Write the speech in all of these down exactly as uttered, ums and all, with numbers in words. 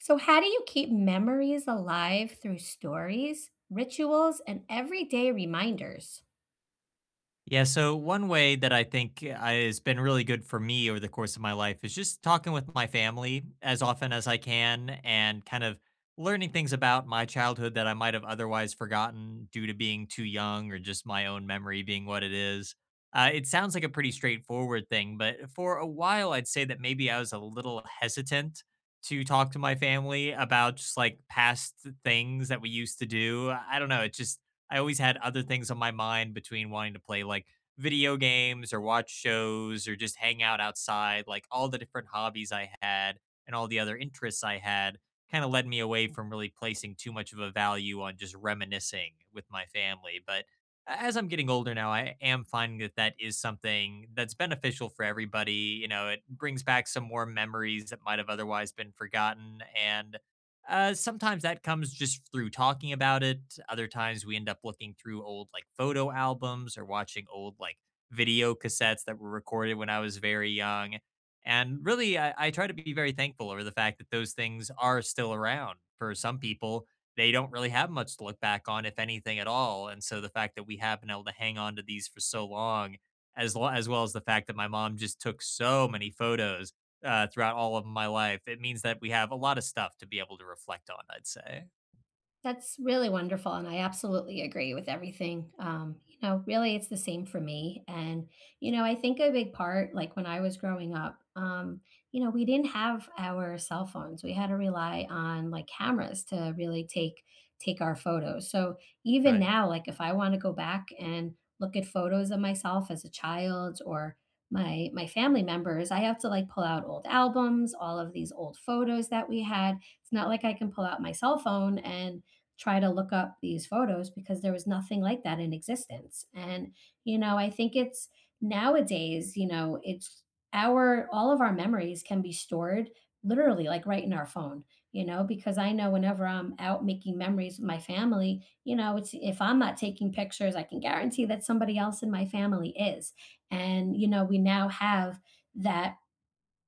So, how do you keep memories alive through stories, rituals, and everyday reminders? Yeah, so one way that I think uh, I, has been really good for me over the course of my life is just talking with my family as often as I can and kind of learning things about my childhood that I might have otherwise forgotten due to being too young or just my own memory being what it is. Uh, it sounds like a pretty straightforward thing, but for a while, I'd say that maybe I was a little hesitant to talk to my family about just like past things that we used to do. I don't know. It just, I always had other things on my mind between wanting to play like video games or watch shows or just hang out outside. Like all the different hobbies I had and all the other interests I had kind of led me away from really placing too much of a value on just reminiscing with my family. But as I'm getting older now, I am finding that that is something that's beneficial for everybody. You know, it brings back some more memories that might have otherwise been forgotten. And uh, sometimes that comes just through talking about it. Other times we end up looking through old like photo albums or watching old like video cassettes that were recorded when I was very young. And really, I, I try to be very thankful over the fact that those things are still around. For some people, they don't really have much to look back on, if anything at all. And so the fact that we have been able to hang on to these for so long, as, lo- as well as the fact that my mom just took so many photos uh, throughout all of my life, it means that we have a lot of stuff to be able to reflect on, I'd say. That's really wonderful, and I absolutely agree with everything. Um, you know, really, it's the same for me. And, you know, I think a big part, like when I was growing up, um, you know, we didn't have our cell phones. We had to rely on like cameras to really take take our photos. So even Right. now, like if I want to go back and look at photos of myself as a child or my my family members, I have to like pull out old albums, all of these old photos that we had. It's not like I can pull out my cell phone and try to look up these photos because there was nothing like that in existence. And, you know, I think it's nowadays, you know, it's our all of our memories can be stored literally like right in our phone, you know, because I know whenever I'm out making memories with my family, you know, it's if I'm not taking pictures, I can guarantee that somebody else in my family is. And, you know, we now have that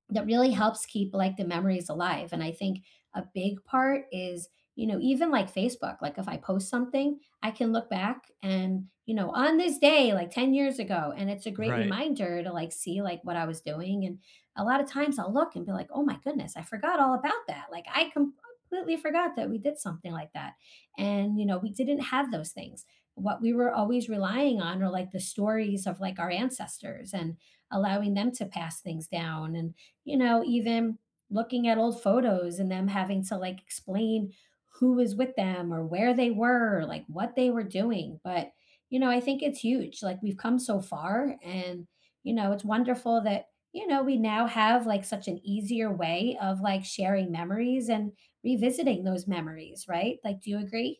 that really helps keep like the memories alive. And I think a big part is, you know, even like Facebook, like if I post something, I can look back and, you know, on this day, like ten years ago. And it's a great Right. reminder to like see like what I was doing. And a lot of times I'll look and be like, oh my goodness, I forgot all about that. Like I completely forgot that we did something like that. And, you know, we didn't have those things. What we were always relying on are like the stories of like our ancestors and allowing them to pass things down. And you know, even looking at old photos and them having to like explain who was with them or where they were, or like what they were doing. But, you know, I think it's huge. Like we've come so far and, you know, it's wonderful that, you know, we now have like such an easier way of like sharing memories and revisiting those memories, right? Like, do you agree?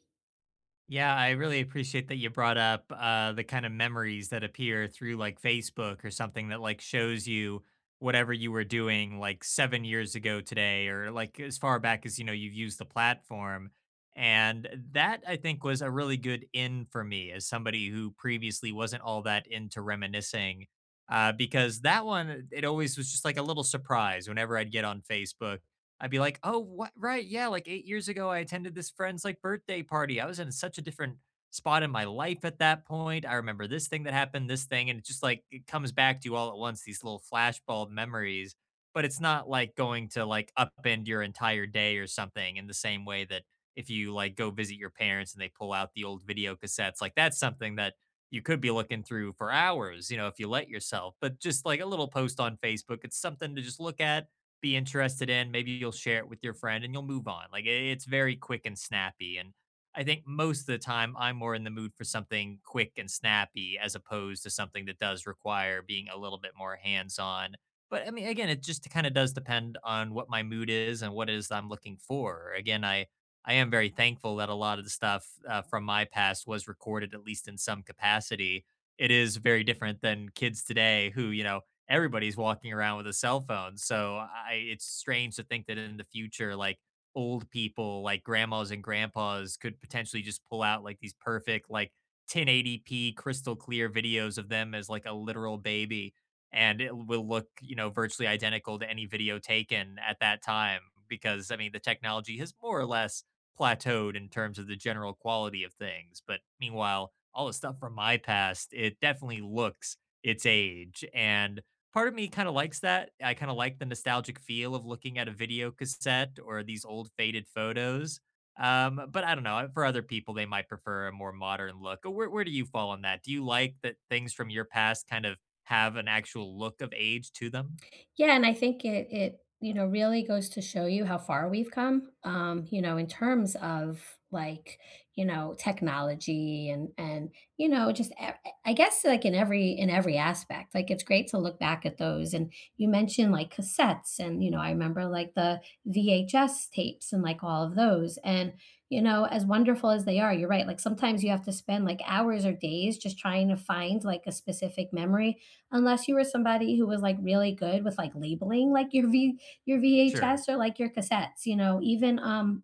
Yeah, I really appreciate that you brought up uh, the kind of memories that appear through like Facebook or something that like shows you whatever you were doing like seven years ago today or like as far back as you know you've used the platform. And that I think was a really good in for me as somebody who previously wasn't all that into reminiscing uh, because that one, it always was just like a little surprise whenever I'd get on Facebook I'd be like, "Oh, what? Right, yeah. Like eight years ago, I attended this friend's like birthday party. I was in such a different spot in my life at that point. I remember this thing that happened, this thing, and it just like it comes back to you all at once. These little flashbulb memories, but it's not like going to like upend your entire day or something in the same way that if you like go visit your parents and they pull out the old video cassettes, like that's something that you could be looking through for hours, you know, if you let yourself. But just like a little post on Facebook, it's something to just look at be interested in. Maybe you'll share it with your friend and you'll move on. Like it, it's very quick and snappy. And I think most of the time I'm more in the mood for something quick and snappy as opposed to something that does require being a little bit more hands on. But I mean, again, it just kind of does depend on what my mood is and what it is I'm looking for. Again, I I am very thankful that a lot of the stuff uh, from my past was recorded at least in some capacity. It is very different than kids today who, you know, everybody's walking around with a cell phone. So I, it's strange to think that in the future, like old people, like grandmas and grandpas, could potentially just pull out like these perfect, like ten eighty p crystal clear videos of them as like a literal baby, and it will look, you know, virtually identical to any video taken at that time. Because I mean, the technology has more or less plateaued in terms of the general quality of things. But meanwhile, all the stuff from my past, it definitely looks its age. And part of me kind of likes that. I kind of like the nostalgic feel of looking at a video cassette or these old faded photos. Um, but I don't know. For other people, they might prefer a more modern look. Uh, Where, where do you fall on that? Do you like that things from your past kind of have an actual look of age to them? Yeah, and I think it it, you know, really goes to show you how far we've come, um, you know, in terms of, like, you know, technology and and, you know, just e e, I guess, like, in every in every aspect. Like, it's great to look back at those, and you mentioned, like, cassettes, and, you know, I remember, like, the V H S tapes and, like, all of those, and, you know, as wonderful as they are, you're right, like, sometimes you have to spend, like, hours or days just trying to find, like, a specific memory unless you were somebody who was like really good with like labeling like your v your Sure. vhs or like your cassettes, you know, even um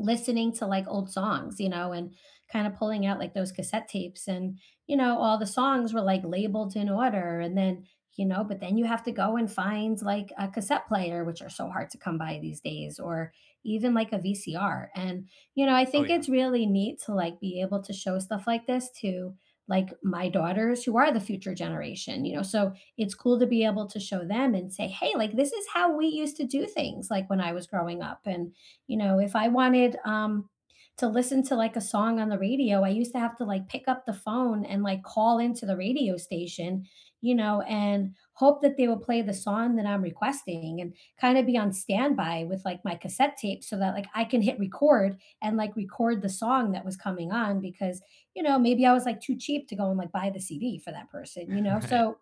listening to like old songs, you know, and kind of pulling out like those cassette tapes. And, you know, all the songs were like labeled in order. And then, you know, but then you have to go and find like a cassette player, which are so hard to come by these days, or even like a V C R. And, you know, I Oh, think yeah. it's really neat to like be able to show stuff like this to like my daughters who are the future generation, you know. So it's cool to be able to show them and say, hey, like this is how we used to do things like when I was growing up. And you know, if I wanted um, to listen to like a song on the radio, I used to have to like pick up the phone and like call into the radio station, you know, and hope that they would play the song that I'm requesting and kind of be on standby with like my cassette tape so that like I can hit record and like record the song that was coming on because, you know, maybe I was like too cheap to go and like buy the C D for that person, you know? Right. So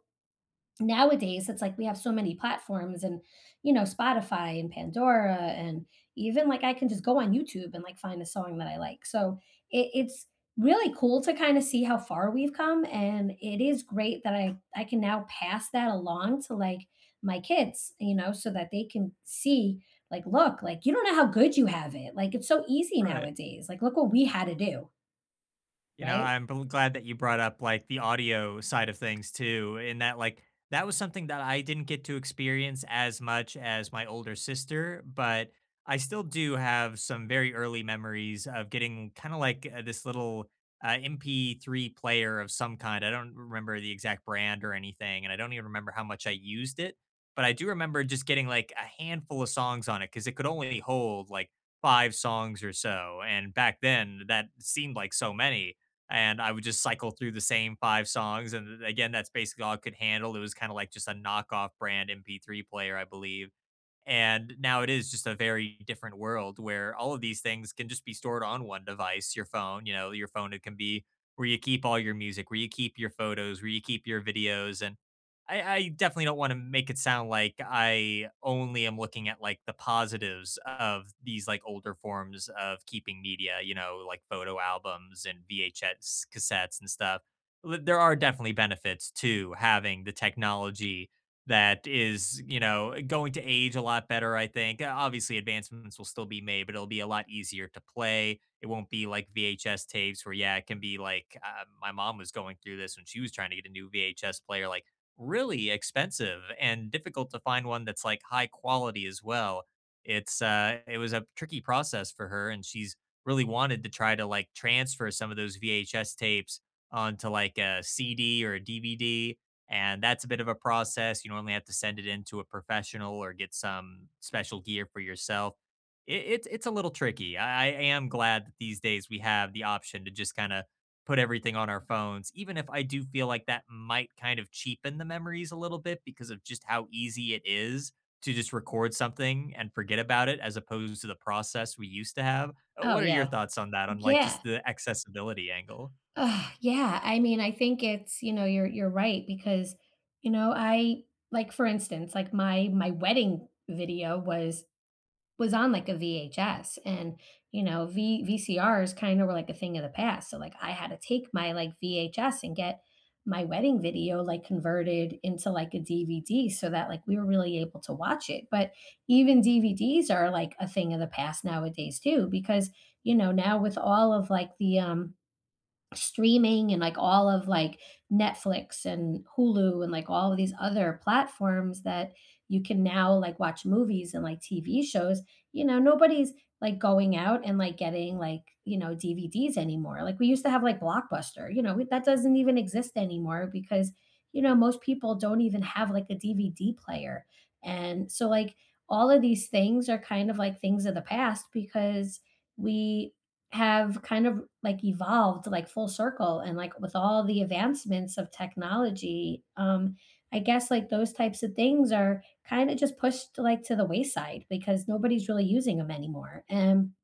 nowadays it's like we have so many platforms and you know Spotify and Pandora and even like I can just go on YouTube and like find a song that I like. So it, it's really cool to kind of see how far we've come and it is great that i i can now pass that along to like my kids, you know, so that they can see like, look, like you don't know how good you have it. Like it's so easy Right. nowadays, like look what we had to do. You know, Right. I'm bl- glad that you brought up like the audio side of things too, in that like that was something that I didn't get to experience as much as my older sister, but I still do have some very early memories of getting kind of like uh, this little uh, M P three player of some kind. I don't remember the exact brand or anything, and I don't even remember how much I used it, but I do remember just getting like a handful of songs on it because it could only hold like five songs or so. And back then, that seemed like so many and I would just cycle through the same five songs. And again, that's basically all I could handle. It was kind of like just a knockoff brand M P three player, I believe. And now it is just a very different world where all of these things can just be stored on one device, your phone, you know, your phone it can be where you keep all your music, where you keep your photos, where you keep your videos. And I, I definitely don't want to make it sound like I only am looking at like the positives of these like older forms of keeping media, you know, like photo albums and V H S cassettes and stuff. L- There are definitely benefits to having the technology that is, you know, going to age a lot better, I think. Uh, Obviously, advancements will still be made, but it'll be a lot easier to play. It won't be like V H S tapes where, yeah, it can be like uh, my mom was going through this when she was trying to get a new V H S player, like really expensive and difficult to find one that's like high quality as well. It's, uh, it was a tricky process for her, and she's really wanted to try to like transfer some of those V H S tapes onto like a C D or a D V D and that's a bit of a process. You normally have to send it in to a professional or get some special gear for yourself. It, it's it's a little tricky. I, I am glad that these days we have the option to just kind of put everything on our phones, even if I do feel like that might kind of cheapen the memories a little bit because of just how easy it is to just record something and forget about it as opposed to the process we used to have. Uh, Oh What are your yeah. thoughts on that? On like Yeah. just the accessibility angle? Ugh, yeah, I mean, I think it's, you know, you're you're right because, you know, I, like for instance, like my my wedding video was was on like a V H S and, you know, V VCRs kind of were like a thing of the past. So like I had to take my like V H S and get my wedding video like converted into like a D V D so that like we were really able to watch it. But even D V Ds are like a thing of the past nowadays too because, you know, now with all of like the um streaming and like all of like Netflix and Hulu and like all of these other platforms that you can now like watch movies and like T V shows, you know, nobody's like going out and like getting like, you know, D V Ds anymore. Like we used to have like Blockbuster. You know, we, that doesn't even exist anymore because, you know, most people don't even have like a D V D player. And so like all of these things are kind of like things of the past because we have kind of like evolved like full circle and like with all the advancements of technology. um I guess like those types of things are kind of just pushed like to the wayside because nobody's really using them anymore. And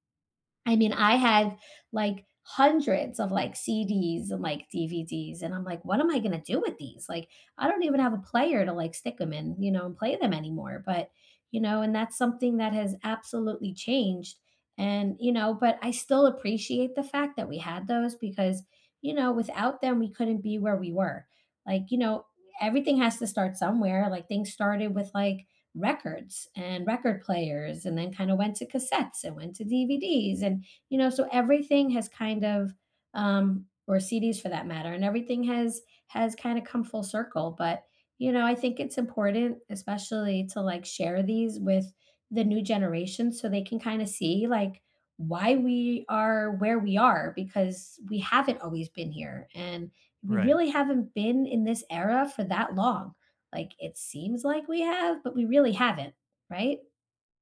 I mean, I had like hundreds of like C Ds and like D V Ds, and I'm like, what am I gonna do with these? Like, I don't even have a player to like stick them in, you know, and play them anymore. But, you know, and that's something that has absolutely changed. And, you know, but I still appreciate the fact that we had those because, you know, without them, we couldn't be where we were. Like, you know, everything has to start somewhere. Like, things started with like records and record players and then kind of went to cassettes and went to D V Ds and you know so everything has kind of um or C Ds for that matter, and everything has has kind of come full circle. But you know I think it's important, especially to like share these with the new generation so they can kind of see like why we are where we are because we haven't always been here. And we Right. really haven't been in this era for that long. Like it seems like we have, but we really haven't, right?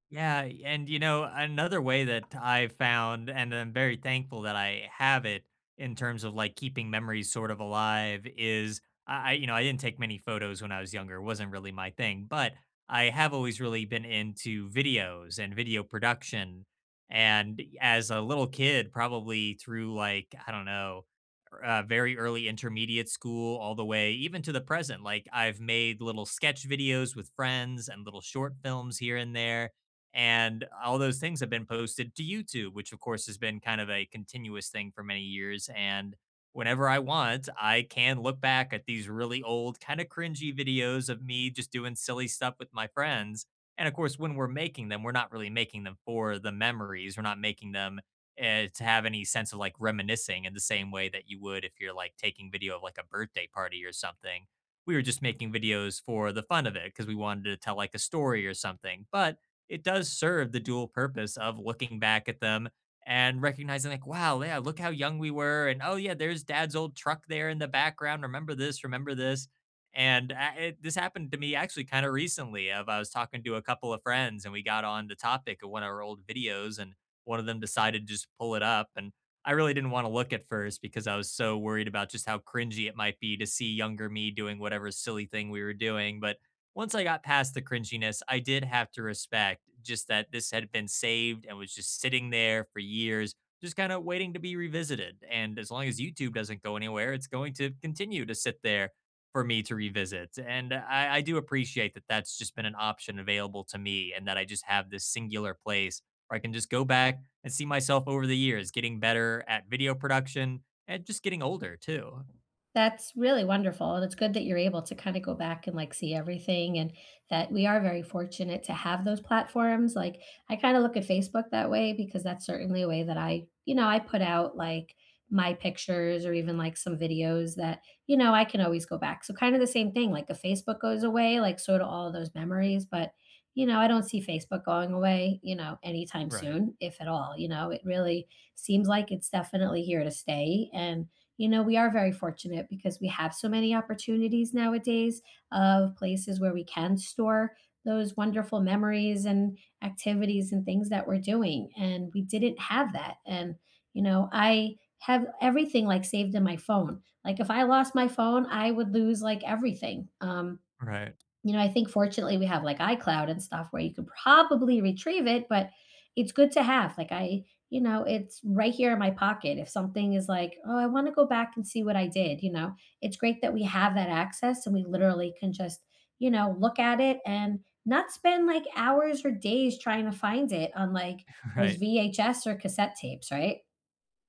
Yeah, and you know, another way that I found, and I'm very thankful that I have it in terms of like keeping memories sort of alive, is I, I you know, I didn't take many photos when I was younger, it wasn't really my thing, but I have always really been into videos and video production. And as a little kid, probably through like, I don't know, er, uh, very early intermediate school, all the way even to the present, like I've made little sketch videos with friends and little short films here and there and all those things have been posted to YouTube, which of course has been kind of a continuous thing for many years. And whenever I want, I can look back at these really old, kind of cringy videos of me just doing silly stuff with my friends. And of course, when we're making them, we're not really making them for the memories. We're not making them uh, to have any sense of like reminiscing in the same way that you would if you're like taking video of like a birthday party or something. We were just making videos for the fun of it because we wanted to tell like a story or something. But it does serve the dual purpose of looking back at them and recognizing like wow yeah look how young we were and oh yeah there's dad's old truck there in the background remember this remember this and uh, it, this happened to me actually kind of recently of I was talking to a couple of friends and we got on the topic of one of our old videos and one of them decided to just pull it up and I really didn't want to look at first because I was so worried about just how cringy it might be to see younger me doing whatever silly thing we were doing but once I got past the cringiness, I did have to respect just that this had been saved and was just sitting there for years, just kind of waiting to be revisited. And as long as YouTube doesn't go anywhere, it's going to continue to sit there for me to revisit. And I, I do appreciate that that's just been an option available to me and that I just have this singular place where I can just go back and see myself over the years getting better at video production and just getting older too. That's really wonderful, and it's good that you're able to kinda go back and, like, see everything, and that we are very fortunate to have those platforms. Like, I kinda look at Facebook that way because that's certainly a way that I you know, I put out, like, my pictures or even, like, some videos that, you know, I can always go back. So kinda the same thing, like, if Facebook goes away, like, so do all of those memories. But, you know, I don't see Facebook going away, you know, anytime Right. soon, if at all, you know? It really seems like it's definitely here to stay, and you know, we are very fortunate because we have so many opportunities nowadays of places where we can store those wonderful memories and activities and things that we're doing. And we didn't have that. And, you know, I have everything like saved in my phone. Like if I lost my phone, I would lose like everything. Um, Right. You know, I think fortunately we have like iCloud and stuff where you can probably retrieve it, but it's good to have. Like I, you know, it's right here in my pocket. If something is like, oh, I want to go back and see what I did, you know, it's great that we have that access and we literally can just, you know, look at it and not spend like hours or days trying to find it on like those Right. V H S or cassette tapes, right?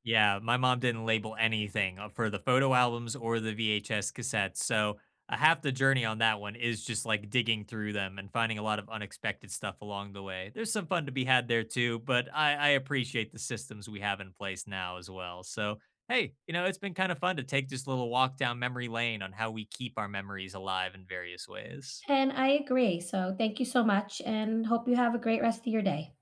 Yeah, my mom didn't label anything uh, for the photo albums or the V H S cassettes. So uh, half the journey on that one is just like digging through them and finding a lot of unexpected stuff along the way. There's some fun to be had there too, but I, I appreciate the systems we have in place now as well. So, hey, you know, it's been kind of fun to take this little walk down memory lane on how we keep our memories alive in various ways. And I agree. So thank you so much and hope you have a great rest of your day.